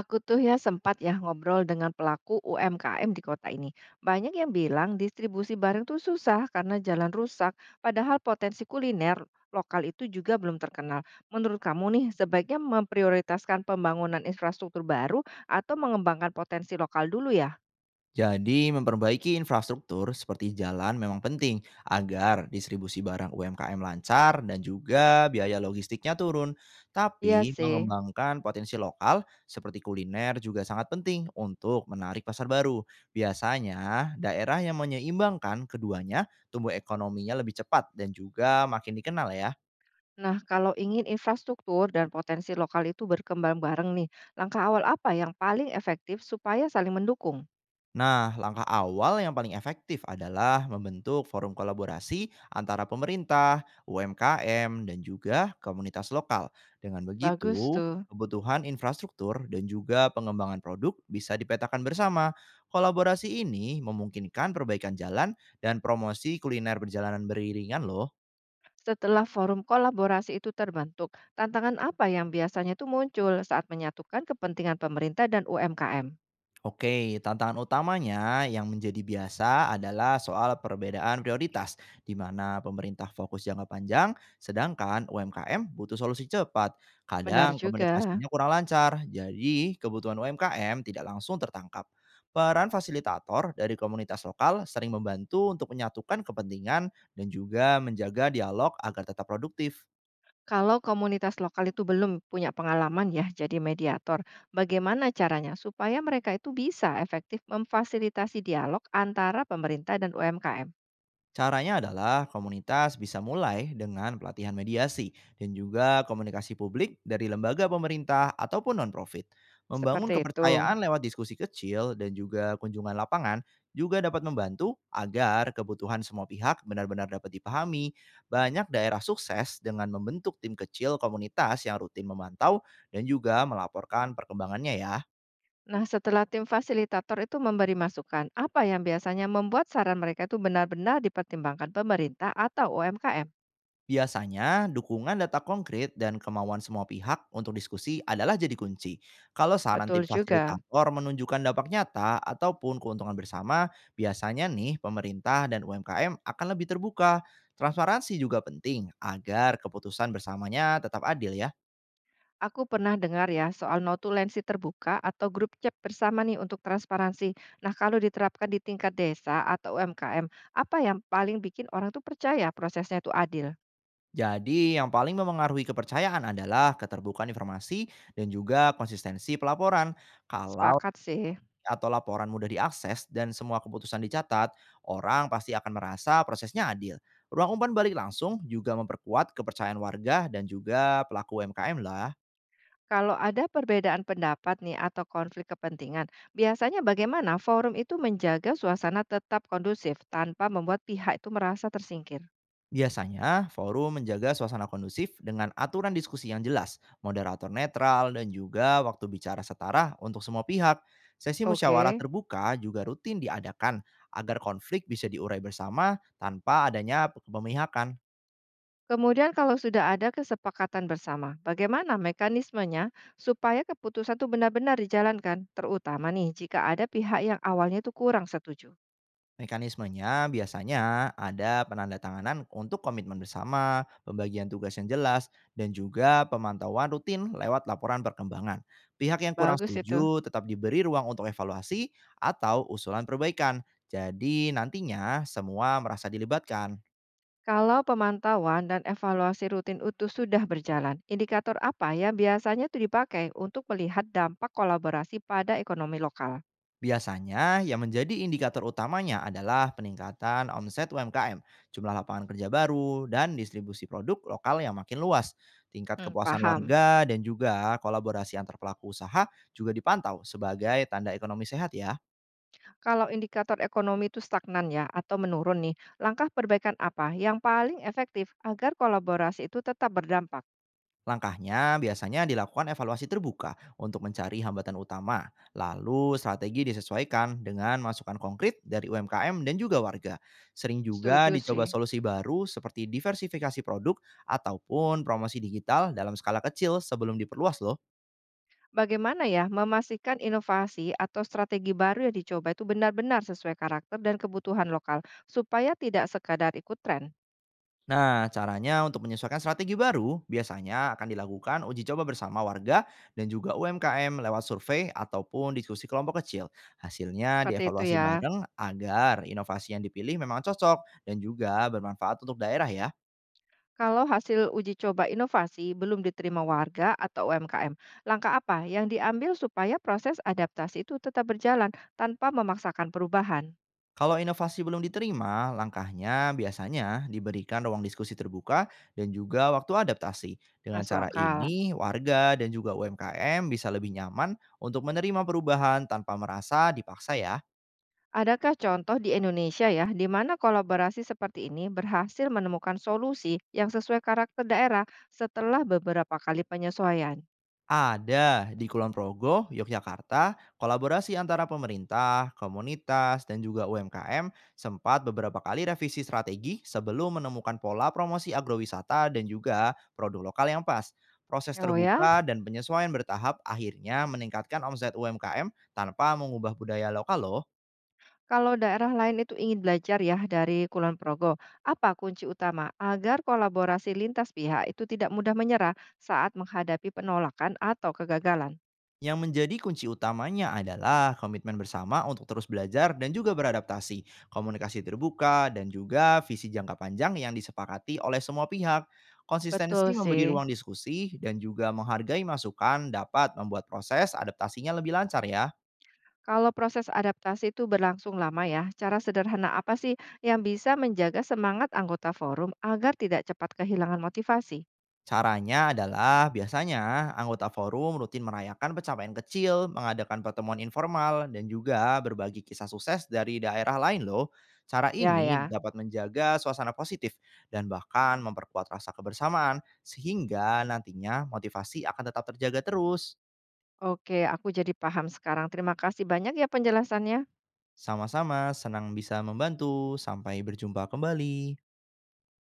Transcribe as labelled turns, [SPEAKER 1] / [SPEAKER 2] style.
[SPEAKER 1] Aku tuh ya sempat ya ngobrol dengan pelaku UMKM di kota ini. Banyak yang bilang distribusi barang tuh susah karena jalan rusak, padahal potensi kuliner lokal itu juga belum terkenal. Menurut kamu nih, sebaiknya memprioritaskan pembangunan infrastruktur baru atau mengembangkan potensi lokal dulu ya?
[SPEAKER 2] Jadi memperbaiki infrastruktur seperti jalan memang penting agar distribusi barang UMKM lancar dan juga biaya logistiknya turun.
[SPEAKER 1] Iya
[SPEAKER 2] Tapi
[SPEAKER 1] sih.
[SPEAKER 2] mengembangkan potensi lokal seperti kuliner juga sangat penting untuk menarik pasar baru. Biasanya daerah yang menyeimbangkan keduanya tumbuh ekonominya lebih cepat dan juga makin dikenal ya.
[SPEAKER 1] Nah, kalau ingin infrastruktur dan potensi lokal itu berkembang bareng nih, langkah awal apa yang paling efektif supaya saling mendukung?
[SPEAKER 2] Nah, langkah awal yang paling efektif adalah membentuk forum kolaborasi antara pemerintah, UMKM, dan juga komunitas lokal. Dengan
[SPEAKER 1] Bagus
[SPEAKER 2] begitu,
[SPEAKER 1] tuh.
[SPEAKER 2] kebutuhan infrastruktur dan juga pengembangan produk bisa dipetakan bersama. Kolaborasi ini memungkinkan perbaikan jalan dan promosi kuliner berjalanan beriringan loh.
[SPEAKER 1] Setelah forum kolaborasi itu terbentuk, tantangan apa yang biasanya itu muncul saat menyatukan kepentingan pemerintah dan UMKM?
[SPEAKER 2] Oke, tantangan utamanya yang menjadi biasa adalah soal perbedaan prioritas, di mana pemerintah fokus jangka panjang, sedangkan UMKM butuh solusi cepat.
[SPEAKER 1] Benar
[SPEAKER 2] Kadang
[SPEAKER 1] juga.
[SPEAKER 2] komunikasinya kurang lancar, jadi kebutuhan UMKM tidak langsung tertangkap. Peran fasilitator dari komunitas lokal sering membantu untuk menyatukan kepentingan dan juga menjaga dialog agar tetap produktif.
[SPEAKER 1] Kalau komunitas lokal itu belum punya pengalaman ya jadi mediator, bagaimana caranya supaya mereka itu bisa efektif memfasilitasi dialog antara pemerintah dan UMKM?
[SPEAKER 2] Caranya adalah komunitas bisa mulai dengan pelatihan mediasi dan juga komunikasi publik dari lembaga pemerintah ataupun non-profit. Membangun
[SPEAKER 1] Seperti itu.
[SPEAKER 2] kepercayaan lewat diskusi kecil dan juga kunjungan lapangan juga dapat membantu agar kebutuhan semua pihak benar-benar dapat dipahami. Banyak daerah sukses dengan membentuk tim kecil komunitas yang rutin memantau dan juga melaporkan perkembangannya ya.
[SPEAKER 1] Nah, setelah tim fasilitator itu memberi masukan, apa yang biasanya membuat saran mereka itu benar-benar dipertimbangkan pemerintah atau UMKM?
[SPEAKER 2] Biasanya, dukungan data konkret dan kemauan semua pihak untuk diskusi adalah jadi kunci. Kalau saran
[SPEAKER 1] Betul
[SPEAKER 2] tim
[SPEAKER 1] juga.
[SPEAKER 2] fasilitator menunjukkan dampak nyata ataupun keuntungan bersama, biasanya nih pemerintah dan UMKM akan lebih terbuka. Transparansi juga penting agar keputusan bersamanya tetap adil ya.
[SPEAKER 1] Aku pernah dengar ya soal notulensi terbuka atau grup chat bersama nih untuk transparansi. Nah, kalau diterapkan di tingkat desa atau UMKM, apa yang paling bikin orang tuh percaya prosesnya itu adil?
[SPEAKER 2] Jadi yang paling memengaruhi kepercayaan adalah keterbukaan informasi dan juga konsistensi pelaporan. Kalau
[SPEAKER 1] Sepakat sih.
[SPEAKER 2] atau laporan mudah diakses dan semua keputusan dicatat, orang pasti akan merasa prosesnya adil. Ruang umpan balik langsung juga memperkuat kepercayaan warga dan juga pelaku UMKM lah.
[SPEAKER 1] Kalau ada perbedaan pendapat nih atau konflik kepentingan, biasanya bagaimana forum itu menjaga suasana tetap kondusif tanpa membuat pihak itu merasa tersingkir?
[SPEAKER 2] Biasanya, forum menjaga suasana kondusif dengan aturan diskusi yang jelas, moderator netral, dan juga waktu bicara setara untuk semua pihak. Sesi musyawarah
[SPEAKER 1] Oke.
[SPEAKER 2] terbuka juga rutin diadakan agar konflik bisa diurai bersama tanpa adanya kepemihakan.
[SPEAKER 1] Kemudian kalau sudah ada kesepakatan bersama, bagaimana mekanismenya supaya keputusan itu benar-benar dijalankan, terutama nih jika ada pihak yang awalnya itu kurang setuju.
[SPEAKER 2] Mekanismenya biasanya ada penandatanganan untuk komitmen bersama, pembagian tugas yang jelas, dan juga pemantauan rutin lewat laporan perkembangan. Pihak yang kurang
[SPEAKER 1] Bagus itu.
[SPEAKER 2] setuju tetap diberi ruang untuk evaluasi atau usulan perbaikan. Jadi nantinya semua merasa dilibatkan.
[SPEAKER 1] Kalau pemantauan dan evaluasi rutin utuh sudah berjalan, indikator apa yang biasanya itu dipakai untuk melihat dampak kolaborasi pada ekonomi lokal?
[SPEAKER 2] Biasanya, yang menjadi indikator utamanya adalah peningkatan omset UMKM, jumlah lapangan kerja baru, dan distribusi produk lokal yang makin luas. Tingkat
[SPEAKER 1] Hmm,
[SPEAKER 2] kepuasan
[SPEAKER 1] paham.
[SPEAKER 2] warga dan juga kolaborasi antar pelaku usaha juga dipantau sebagai tanda ekonomi sehat ya.
[SPEAKER 1] Kalau indikator ekonomi itu stagnan ya atau menurun nih, langkah perbaikan apa yang paling efektif agar kolaborasi itu tetap berdampak?
[SPEAKER 2] Langkahnya biasanya dilakukan evaluasi terbuka untuk mencari hambatan utama, lalu strategi disesuaikan dengan masukan konkret dari UMKM dan juga warga. Sering juga
[SPEAKER 1] Setuju
[SPEAKER 2] dicoba
[SPEAKER 1] sih.
[SPEAKER 2] solusi baru seperti diversifikasi produk ataupun promosi digital dalam skala kecil sebelum diperluas loh.
[SPEAKER 1] Bagaimana ya memastikan inovasi atau strategi baru yang dicoba itu benar-benar sesuai karakter dan kebutuhan lokal supaya tidak sekadar ikut tren.
[SPEAKER 2] Nah, caranya untuk menyesuaikan strategi baru biasanya akan dilakukan uji coba bersama warga dan juga UMKM lewat survei ataupun diskusi kelompok kecil. Hasilnya
[SPEAKER 1] Seperti itu
[SPEAKER 2] dievaluasi
[SPEAKER 1] ya.
[SPEAKER 2] bareng agar inovasi yang dipilih memang cocok dan juga bermanfaat untuk daerah ya.
[SPEAKER 1] Kalau hasil uji coba inovasi belum diterima warga atau UMKM, langkah apa yang diambil supaya proses adaptasi itu tetap berjalan tanpa memaksakan perubahan?
[SPEAKER 2] Kalau inovasi belum diterima, langkahnya biasanya diberikan ruang diskusi terbuka dan juga waktu adaptasi. Dengan
[SPEAKER 1] Masuk
[SPEAKER 2] cara
[SPEAKER 1] akal.
[SPEAKER 2] ini, warga dan juga UMKM bisa lebih nyaman untuk menerima perubahan tanpa merasa dipaksa ya.
[SPEAKER 1] Adakah contoh di Indonesia ya, di mana kolaborasi seperti ini berhasil menemukan solusi yang sesuai karakter daerah setelah beberapa kali penyesuaian?
[SPEAKER 2] Ada di Kulon Progo, Yogyakarta, kolaborasi antara pemerintah, komunitas, dan juga UMKM sempat beberapa kali revisi strategi sebelum menemukan pola promosi agrowisata dan juga produk lokal yang pas. Proses
[SPEAKER 1] Oh ya,
[SPEAKER 2] terbuka dan penyesuaian bertahap akhirnya meningkatkan omset UMKM tanpa mengubah budaya lokal loh.
[SPEAKER 1] kalau daerah lain itu ingin belajar ya dari Kulon Progo, apa kunci utama agar kolaborasi lintas pihak itu tidak mudah menyerah saat menghadapi penolakan atau kegagalan?
[SPEAKER 2] Yang menjadi kunci utamanya adalah komitmen bersama untuk terus belajar dan juga beradaptasi, komunikasi terbuka, dan juga visi jangka panjang yang disepakati oleh semua pihak.
[SPEAKER 1] Betul
[SPEAKER 2] Konsistensi
[SPEAKER 1] sih.
[SPEAKER 2] memberi ruang diskusi dan juga menghargai masukan dapat membuat proses adaptasinya lebih lancar ya.
[SPEAKER 1] Kalau proses adaptasi itu berlangsung lama ya, cara sederhana apa sih yang bisa menjaga semangat anggota forum agar tidak cepat kehilangan motivasi?
[SPEAKER 2] Caranya adalah biasanya anggota forum rutin merayakan pencapaian kecil, mengadakan pertemuan informal, dan juga berbagi kisah sukses dari daerah lain loh. Cara
[SPEAKER 1] Ya,
[SPEAKER 2] ini
[SPEAKER 1] ya.
[SPEAKER 2] dapat menjaga suasana positif dan bahkan memperkuat rasa kebersamaan sehingga nantinya motivasi akan tetap terjaga terus.
[SPEAKER 1] Oke, aku jadi paham sekarang. Terima kasih banyak ya penjelasannya.
[SPEAKER 2] Sama-sama senang bisa membantu. Sampai berjumpa kembali.